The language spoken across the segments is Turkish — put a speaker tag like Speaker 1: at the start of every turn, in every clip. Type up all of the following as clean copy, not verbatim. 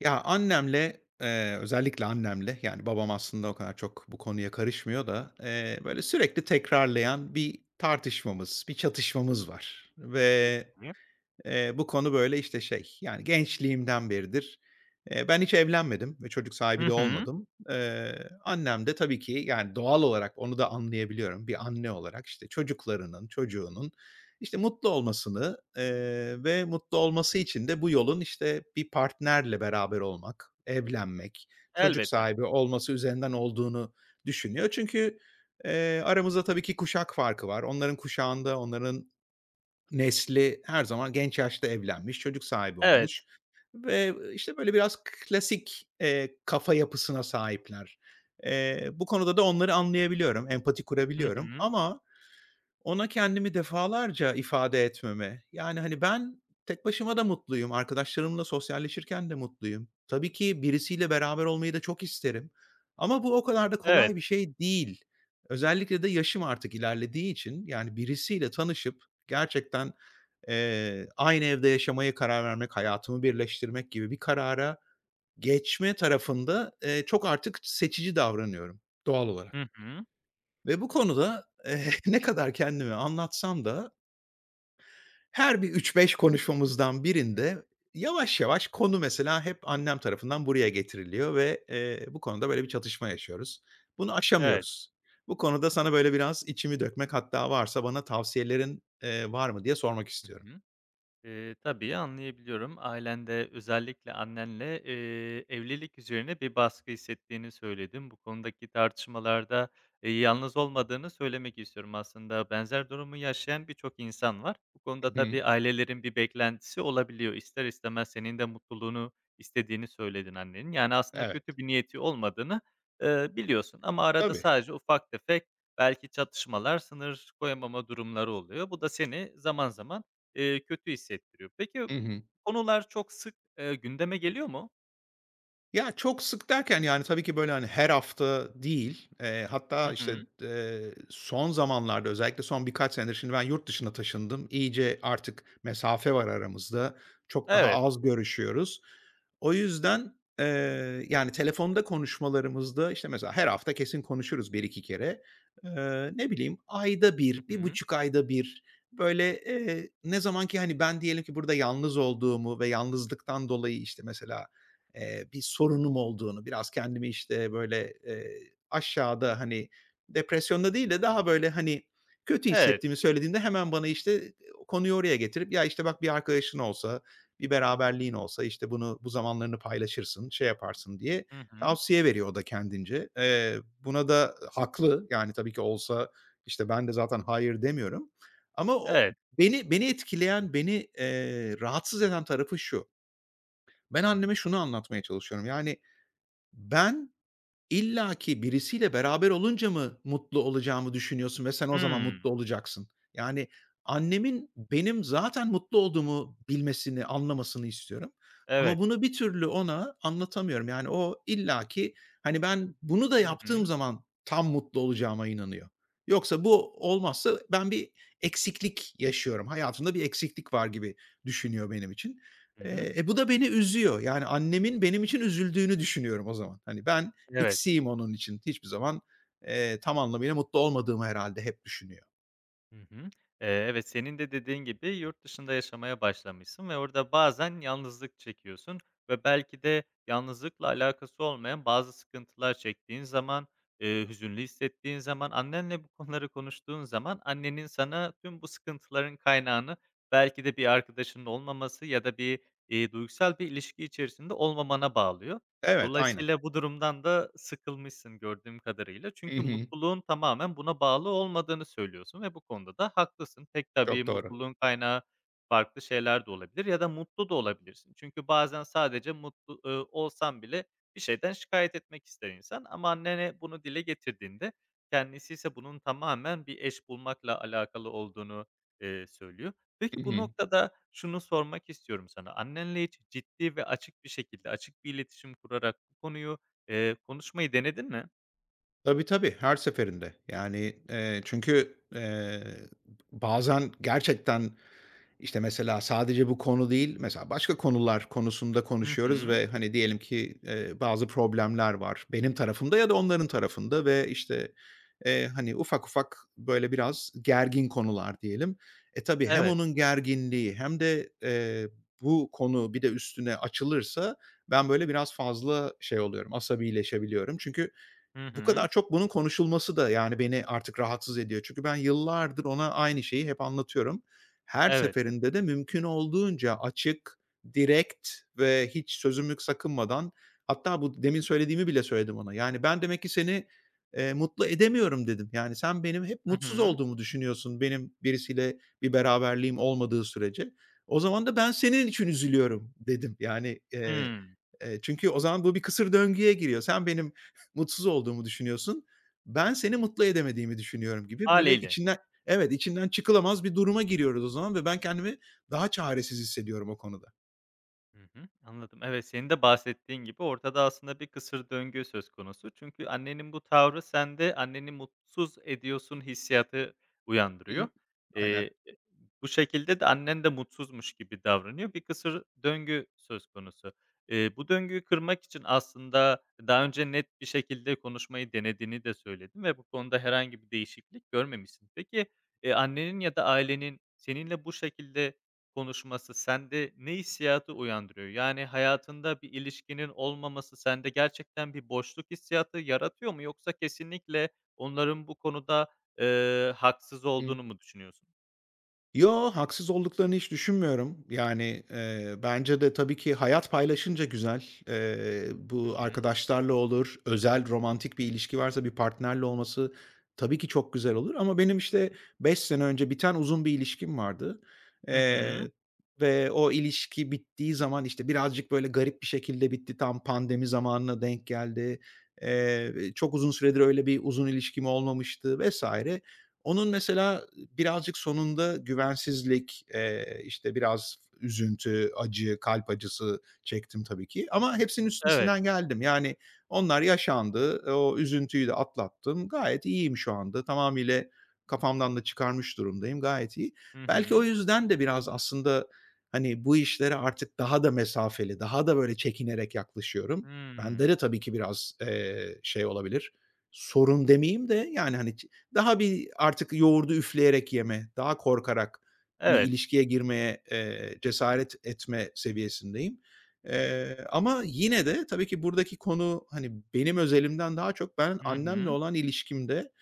Speaker 1: Ya, annemle, özellikle annemle, yani, babam aslında o kadar çok bu konuya karışmıyor da, böyle, sürekli tekrarlayan bir tartışmamız, bir çatışmamız var ve
Speaker 2: Peki.
Speaker 1: Bu konu böyle, işte, şey, yani, gençliğimden beridir. Ben hiç evlenmedim ve çocuk sahibi
Speaker 2: Hı
Speaker 1: de
Speaker 2: hı.
Speaker 1: olmadım. Annem de tabii ki, yani, doğal olarak onu da anlayabiliyorum bir anne olarak, işte, çocuklarının, çocuğunun, işte, mutlu olmasını, ve mutlu olması için de bu yolun, işte, bir partnerle beraber olmak, evlenmek, çocuk
Speaker 2: Elbette.
Speaker 1: sahibi olması üzerinden olduğunu düşünüyor. Çünkü, aramızda tabii ki kuşak farkı var. Onların kuşağında, onların nesli her zaman genç yaşta evlenmiş, çocuk sahibi olmuş
Speaker 2: Evet.
Speaker 1: ve, işte, böyle, biraz klasik, kafa yapısına sahipler. Bu konuda da onları anlayabiliyorum, empati
Speaker 2: Hı
Speaker 1: kurabiliyorum
Speaker 2: hı.
Speaker 1: ama ona kendimi defalarca ifade etmeme, yani, hani, ben tek başıma da mutluyum, arkadaşlarımla sosyalleşirken de mutluyum. Tabii ki birisiyle beraber olmayı da çok isterim ama bu o kadar da
Speaker 2: Evet.
Speaker 1: kolay bir şey değil. Özellikle de yaşım artık ilerlediği için, yani, birisiyle tanışıp gerçekten, aynı evde yaşamaya karar vermek, hayatımı birleştirmek gibi bir karara geçme tarafında, çok artık seçici davranıyorum doğal olarak.
Speaker 2: Hı hı.
Speaker 1: Ve bu konuda, ne kadar kendimi anlatsam da her bir üç beş konuşmamızdan birinde yavaş yavaş konu mesela hep annem tarafından buraya getiriliyor ve, bu konuda böyle bir çatışma yaşıyoruz. Bunu
Speaker 2: Evet.
Speaker 1: aşamıyoruz. Bu konuda sana böyle biraz içimi dökmek hatta varsa bana tavsiyelerin, var mı diye sormak
Speaker 2: Hı
Speaker 1: istiyorum.
Speaker 2: hı. Tabii, anlayabiliyorum. Ailende, özellikle annenle, evlilik üzerine bir baskı hissettiğini söyledin. Bu konudaki tartışmalarda, yalnız olmadığını söylemek istiyorum. Aslında benzer durumu yaşayan birçok insan var. Bu konuda
Speaker 1: Hı hı.
Speaker 2: tabii ailelerin bir beklentisi olabiliyor. İster istemez senin de mutluluğunu istediğini söyledin annenin. Yani aslında kötü
Speaker 1: Evet.
Speaker 2: bir niyeti olmadığını, biliyorsun ama arada
Speaker 1: Tabii.
Speaker 2: sadece ufak tefek belki çatışmalar, sınır koyamama durumları oluyor. Bu da seni zaman zaman kötü hissettiriyor. Peki,
Speaker 1: Hı hı.
Speaker 2: konular çok sık, gündeme geliyor mu?
Speaker 1: Ya, çok sık derken, yani, tabii ki, böyle, hani, her hafta değil.
Speaker 2: Hı
Speaker 1: Hatta, işte,
Speaker 2: hı.
Speaker 1: son zamanlarda özellikle son birkaç senedir şimdi ben yurt dışına taşındım. İyice artık mesafe var aramızda. Çok daha
Speaker 2: Evet.
Speaker 1: az görüşüyoruz. O yüzden, yani, telefonda konuşmalarımızda, işte, mesela her hafta kesin konuşuruz bir iki kere. Ne bileyim, ayda bir,
Speaker 2: Hı
Speaker 1: bir
Speaker 2: hı.
Speaker 1: buçuk ayda bir böyle, ne zaman ki, hani, ben diyelim ki burada yalnız olduğumu ve yalnızlıktan dolayı, işte, mesela bir sorunum olduğunu, biraz kendimi, işte, böyle, aşağıda, hani, depresyonda değil de daha, böyle, hani, kötü
Speaker 2: Evet.
Speaker 1: hissettiğimi söylediğinde hemen bana, işte, konuyu oraya getirip, "Ya, işte, bak bir arkadaşın olsa, bir beraberliğin olsa, işte, bunu bu zamanlarını paylaşırsın, şey yaparsın." diye
Speaker 2: Hı hı.
Speaker 1: tavsiye veriyor o da kendince. Buna da haklı. Yani, tabii ki olsa, işte, ben de zaten hayır demiyorum ama o
Speaker 2: Evet.
Speaker 1: beni etkileyen, beni, rahatsız eden tarafı şu: ben anneme şunu anlatmaya çalışıyorum, yani ben İlla ki birisiyle beraber olunca mı mutlu olacağımı düşünüyorsun ve sen o zaman
Speaker 2: Hımm.
Speaker 1: mutlu olacaksın? Yani, annemin benim zaten mutlu olduğumu bilmesini, anlamasını istiyorum ama
Speaker 2: Evet.
Speaker 1: bunu bir türlü ona anlatamıyorum. Yani, o illaki, hani, ben bunu da
Speaker 2: Hı hı.
Speaker 1: yaptığım zaman tam mutlu olacağıma inanıyor. Yoksa bu olmazsa ben bir eksiklik yaşıyorum. Hayatımda bir eksiklik var gibi düşünüyor benim için.
Speaker 2: Hı hı.
Speaker 1: Bu da beni üzüyor. Yani, annemin benim için üzüldüğünü düşünüyorum o zaman. Hani, ben
Speaker 2: Evet.
Speaker 1: eksiğim onun için. Hiçbir zaman, tam anlamıyla mutlu olmadığımı herhâlde hep düşünüyor.
Speaker 2: Hı hı. Evet, senin de dediğin gibi yurt dışında yaşamaya başlamışsın ve orada bazen yalnızlık çekiyorsun ve belki de yalnızlıkla alakası olmayan bazı sıkıntılar çektiğin zaman, hüzünlü hissettiğin zaman, annenle bu konuları konuştuğun zaman annenin sana tüm bu sıkıntıların kaynağını belki de bir arkadaşının olmaması ya da bir, duygusal bir ilişki içerisinde olmamana bağlıyor.
Speaker 1: Evet, aynen.
Speaker 2: Dolayısıyla bu durumdan da sıkılmışsın gördüğüm kadarıyla.
Speaker 1: Hı
Speaker 2: Çünkü
Speaker 1: hı.
Speaker 2: mutluluğun tamamen buna bağlı olmadığını söylüyorsun ve bu konuda da haklısın. Pek tabii
Speaker 1: Çok doğru.
Speaker 2: mutluluğun kaynağı farklı şeyler de olabilir ya da mutlu da olabilirsin. Çünkü bazen sadece mutlu, olsan bile bir şeyden şikayet etmek ister insan ama annene bunu dile getirdiğinde kendisi ise bunun tamamen bir eş bulmakla alakalı olduğunu, söylüyor.
Speaker 1: Hı
Speaker 2: Peki bu
Speaker 1: hı.
Speaker 2: noktada şunu sormak istiyorum sana. Annenle hiç ciddi ve açık bir şekilde, açık bir iletişim kurarak bu konuyu, konuşmayı denedin mi?
Speaker 1: Tabii, tabii, her seferinde. Yani, çünkü, bazen gerçekten İşte, mesela sadece bu konu değil, mesela başka konular konusunda
Speaker 2: Hı
Speaker 1: konuşuyoruz
Speaker 2: hı.
Speaker 1: ve, hani, diyelim ki, bazı problemler var benim tarafımda ya da onların tarafında ve, işte, hani, ufak ufak, böyle, biraz gergin konular diyelim. Tabii hem
Speaker 2: Evet.
Speaker 1: onun gerginliği hem de, bu konu bir de üstüne açılırsa ben, böyle, biraz fazla şey oluyorum, asabileşebiliyorum. Çünkü
Speaker 2: Hı
Speaker 1: bu kadar
Speaker 2: hı.
Speaker 1: çok bunun konuşulması da, yani, beni artık rahatsız ediyor. Çünkü ben yıllardır ona aynı şeyi hep anlatıyorum. Her
Speaker 2: Evet.
Speaker 1: seferinde de mümkün olduğunca açık, direkt ve hiç sözümü sakınmadan hatta bu demin söylediğimi bile söyledim ona. Yani, "Ben demek ki seni, mutlu edemiyorum." dedim. Yani, "Sen benim hep
Speaker 2: Hı
Speaker 1: mutsuz
Speaker 2: hı.
Speaker 1: olduğumu düşünüyorsun benim birisiyle bir beraberliğim olmadığı sürece. O zaman da ben senin için üzülüyorum." dedim. Yani,
Speaker 2: Hımm.
Speaker 1: çünkü o zaman bu bir kısır döngüye giriyor. "Sen benim mutsuz olduğumu düşünüyorsun. Ben seni mutlu edemediğimi düşünüyorum gibi böyle
Speaker 2: Hâliyle.
Speaker 1: içinden Evet, içinden çıkılamaz bir duruma giriyoruz o zaman ve ben kendimi daha çaresiz hissediyorum o konuda.
Speaker 2: Hı hı, anladım. Evet, senin de bahsettiğin gibi ortada aslında bir kısır döngü söz konusu. Çünkü annenin bu tavrı sende anneni mutsuz ediyorsun hissiyatı
Speaker 1: Hı hı.
Speaker 2: uyandırıyor.
Speaker 1: Aynen.
Speaker 2: Eee, Bu şekilde de annen de mutsuzmuş gibi davranıyor. Bir kısır döngü söz konusu. Bu döngüyü kırmak için aslında daha önce net bir şekilde konuşmayı denediğini de söyledin ve bu konuda herhangi bir değişiklik görmemişsin. Peki, annenin ya da ailenin seninle bu şekilde konuşması sende ne hissiyatı uyandırıyor? Yani, hayatında bir ilişkinin olmaması sende gerçekten bir boşluk hissiyatı yaratıyor mu yoksa kesinlikle onların bu konuda, haksız olduğunu mu düşünüyorsun?
Speaker 1: Yo, haksız olduklarını hiç düşünmüyorum. Yani, bence de tabii ki hayat paylaşınca güzel.
Speaker 2: Hı
Speaker 1: Bu
Speaker 2: hı.
Speaker 1: arkadaşlarla olur, özel, romantik bir ilişki varsa bir partnerle olması tabii ki çok güzel olur ama benim, işte, 5 sene önce biten uzun bir ilişkim vardı.
Speaker 2: Hı hı.
Speaker 1: Eee, Ve o ilişki bittiği zaman, işte, birazcık böyle garip bir şekilde bitti. Tam pandemi zamanına denk geldi. Çok uzun süredir öyle bir uzun ilişkim olmamıştı vesaire. Onun mesela birazcık sonunda güvensizlik, işte, biraz üzüntü, acı, kalp acısı çektim tabii ki ama hepsinin
Speaker 2: Evet.
Speaker 1: üstesinden geldim. Yani onlar yaşandı, o üzüntüyü de atlattım. Gayet iyiyim şu anda. Tamamıyla kafamdan da çıkarmış durumdayım. Gayet iyi.
Speaker 2: Hı
Speaker 1: Belki o
Speaker 2: hı.
Speaker 1: yüzden de biraz aslında, hani, bu işlere artık daha da mesafeli, daha da böyle çekinerek yaklaşıyorum. Bende
Speaker 2: Hımm.
Speaker 1: de tabii ki biraz, şey olabilir, sorun demeyeyim de yani, hani, daha bir artık yoğurdu üfleyerek yeme, daha korkarak bir
Speaker 2: Evet.
Speaker 1: ilişkiye girmeye, cesaret etme seviyesindeyim. Ama yine de tabii ki buradaki konu, hani, benim özelimden daha çok ben
Speaker 2: Hı
Speaker 1: annemle
Speaker 2: hı.
Speaker 1: olan ilişkimde,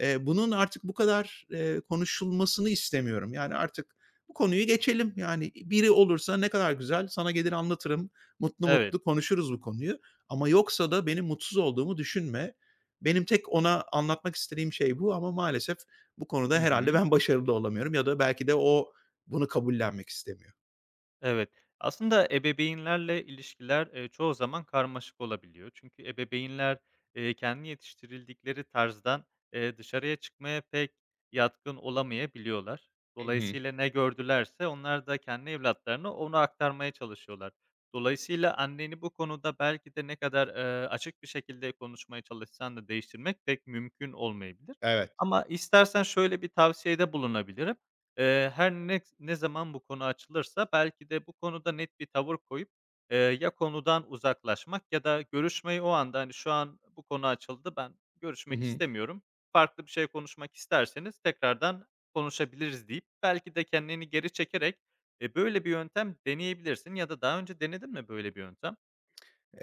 Speaker 1: Bunun artık bu kadar, konuşulmasını istemiyorum. Yani, artık bu konuyu geçelim. Yani, biri olursa ne kadar güzel, sana gelir anlatırım, mutlu
Speaker 2: Evet.
Speaker 1: mutlu konuşuruz bu konuyu ama yoksa da benim mutsuz olduğumu düşünme. Benim tek ona anlatmak istediğim şey bu ama maalesef bu konuda
Speaker 2: Hı hı.
Speaker 1: herhalde ben başarılı olamıyorum ya da belki de o bunu kabullenmek istemiyor.
Speaker 2: Evet. Aslında ebeveynlerle ilişkiler, çoğu zaman karmaşık olabiliyor. Çünkü ebeveynler, kendi yetiştirildikleri tarzdan, dışarıya çıkmaya pek yatkın olamayabiliyorlar.
Speaker 1: Hı hı.
Speaker 2: Dolayısıyla ne gördülerse onlar da kendi evlatlarına onu aktarmaya çalışıyorlar. Dolayısıyla anneni bu konuda belki de ne kadar, açık bir şekilde konuşmaya çalışsan da değiştirmek pek mümkün olmayabilir.
Speaker 1: Evet.
Speaker 2: Ama istersen şöyle bir tavsiyede bulunabilirim. Her ne zaman bu konu açılırsa belki de bu konuda net bir tavır koyup, ya konudan uzaklaşmak ya da görüşmeyi o anda, hani, "Şu an bu konu açıldı, ben
Speaker 1: Hı
Speaker 2: görüşmek
Speaker 1: hı.
Speaker 2: istemiyorum. Farklı bir şey konuşmak isterseniz tekrardan konuşabiliriz." deyip belki de kendini geri çekerek, böyle bir yöntem deneyebilirsin ya da daha önce denedin mi böyle bir yöntem?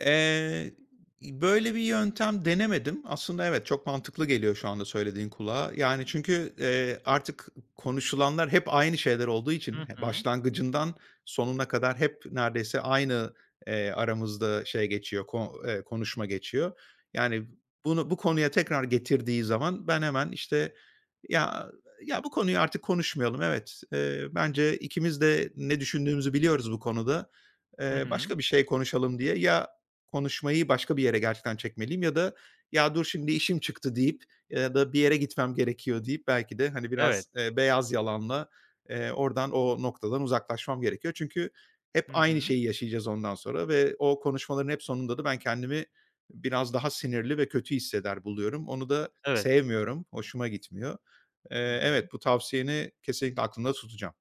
Speaker 1: Eee, Böyle bir yöntem denemedim. Aslında evet, çok mantıklı geliyor şu anda söylediğin kulağa. Yani çünkü, artık konuşulanlar hep aynı şeyler olduğu için
Speaker 2: Hı hı.
Speaker 1: başlangıcından sonuna kadar hep neredeyse aynı, aramızda şey geçiyor, ko konuşma geçiyor. Yani bunu bu konuya tekrar getirdiği zaman ben hemen işte, "Ya ya, bu konuyu artık konuşmayalım. Evet, bence ikimiz de ne düşündüğümüzü biliyoruz bu konuda.
Speaker 2: Hı hı.
Speaker 1: Başka bir şey konuşalım." diye ya konuşmayı başka bir yere gerçekten çekmeliyim ya da "Ya, dur şimdi işim çıktı." deyip ya da "Bir yere gitmem gerekiyor." deyip belki de, hani, biraz,
Speaker 2: Evet.
Speaker 1: beyaz yalanla, oradan, o noktadan uzaklaşmam gerekiyor. Çünkü hep
Speaker 2: Hı
Speaker 1: aynı
Speaker 2: hı.
Speaker 1: şeyi yaşayacağız ondan sonra ve o konuşmaların hep sonunda da ben kendimi biraz daha sinirli ve kötü hisseder buluyorum. Onu da
Speaker 2: Evet.
Speaker 1: sevmiyorum, hoşuma gitmiyor.
Speaker 2: Hı hı.
Speaker 1: Evet, bu tavsiyeni kesinlikle aklımda tutacağım.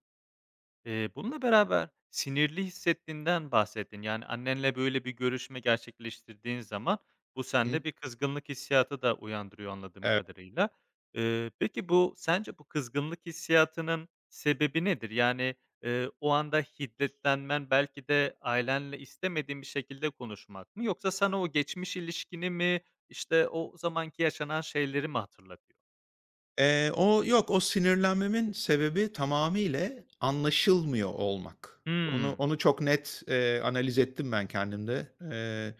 Speaker 2: Bununla beraber sinirli hissettiğinden bahsettin. Yani, annenle böyle bir görüşme gerçekleştirdiğin zaman bu
Speaker 1: Hı.
Speaker 2: sende bir kızgınlık hissiyatı da uyandırıyor anladığım kadarıyla. Peki bu sence bu kızgınlık hissiyatının sebebi nedir? Yani, o anda hiddetlenmen belki de ailenle istemediğin bir şekilde konuşmak mı yoksa sana o geçmiş ilişkini mi, işte, o zamanki yaşanan şeyleri mi hatırlatıyor?
Speaker 1: O yok, o sinirlenmemin sebebi tamamıyla anlaşılmıyor olmak. Onu
Speaker 2: Hımm.
Speaker 1: onu çok net, analiz ettim ben kendimde.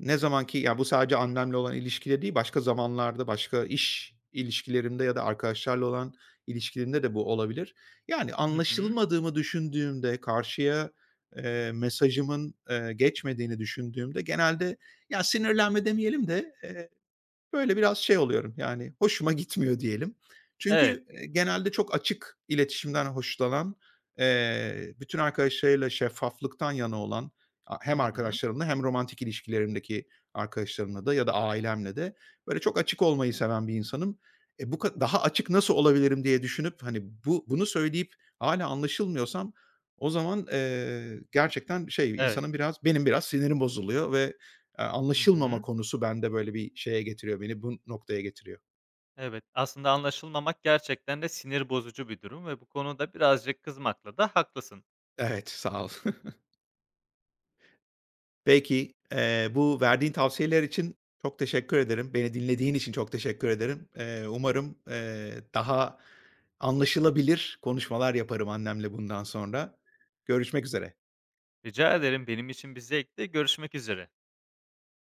Speaker 1: Ne zaman ki, ya, bu sadece annemle olan ilişkide değil, başka zamanlarda, başka iş ilişkilerimde ya da arkadaşlarla olan ilişkilerimde de bu olabilir. Yani
Speaker 2: Hı hı.
Speaker 1: anlaşılmadığımı düşündüğümde, karşıya, mesajımın, geçmediğini düşündüğümde genelde ya, sinirlenme demeyelim de, böyle biraz şey oluyorum, yani, hoşuma gitmiyor diyelim.
Speaker 2: Evet.
Speaker 1: Çünkü, genelde çok açık iletişimden hoşlanan, bütün arkadaşlarıyla şeffaflıktan yana olan, hem
Speaker 2: Hı hı.
Speaker 1: arkadaşlarımla hem romantik ilişkilerimdeki arkadaşlarımla da ya da ailemle de böyle çok açık olmayı seven bir insanım. Bu daha açık nasıl olabilirim diye düşünüp, hani, bunu söyleyip hala anlaşılmıyorsam o zaman, gerçekten şey,
Speaker 2: Evet.
Speaker 1: insanın biraz benim biraz sinirim bozuluyor ve,
Speaker 2: Hı
Speaker 1: anlaşılmama
Speaker 2: hı.
Speaker 1: konusu bende böyle bir şeye getiriyor beni, bu noktaya getiriyor.
Speaker 2: Evet, aslında anlaşılmamak gerçekten de sinir bozucu bir durum ve bu konuda birazcık kızmakla da haklısın.
Speaker 1: Evet, sağ ol. Peki, bu verdiğin tavsiyeler için çok teşekkür ederim. Beni dinlediğin için çok teşekkür ederim. Umarım, daha anlaşılabilir konuşmalar yaparım annemle bundan sonra. Görüşmek üzere.
Speaker 2: Rica ederim benim için bir zevkti. Görüşmek üzere.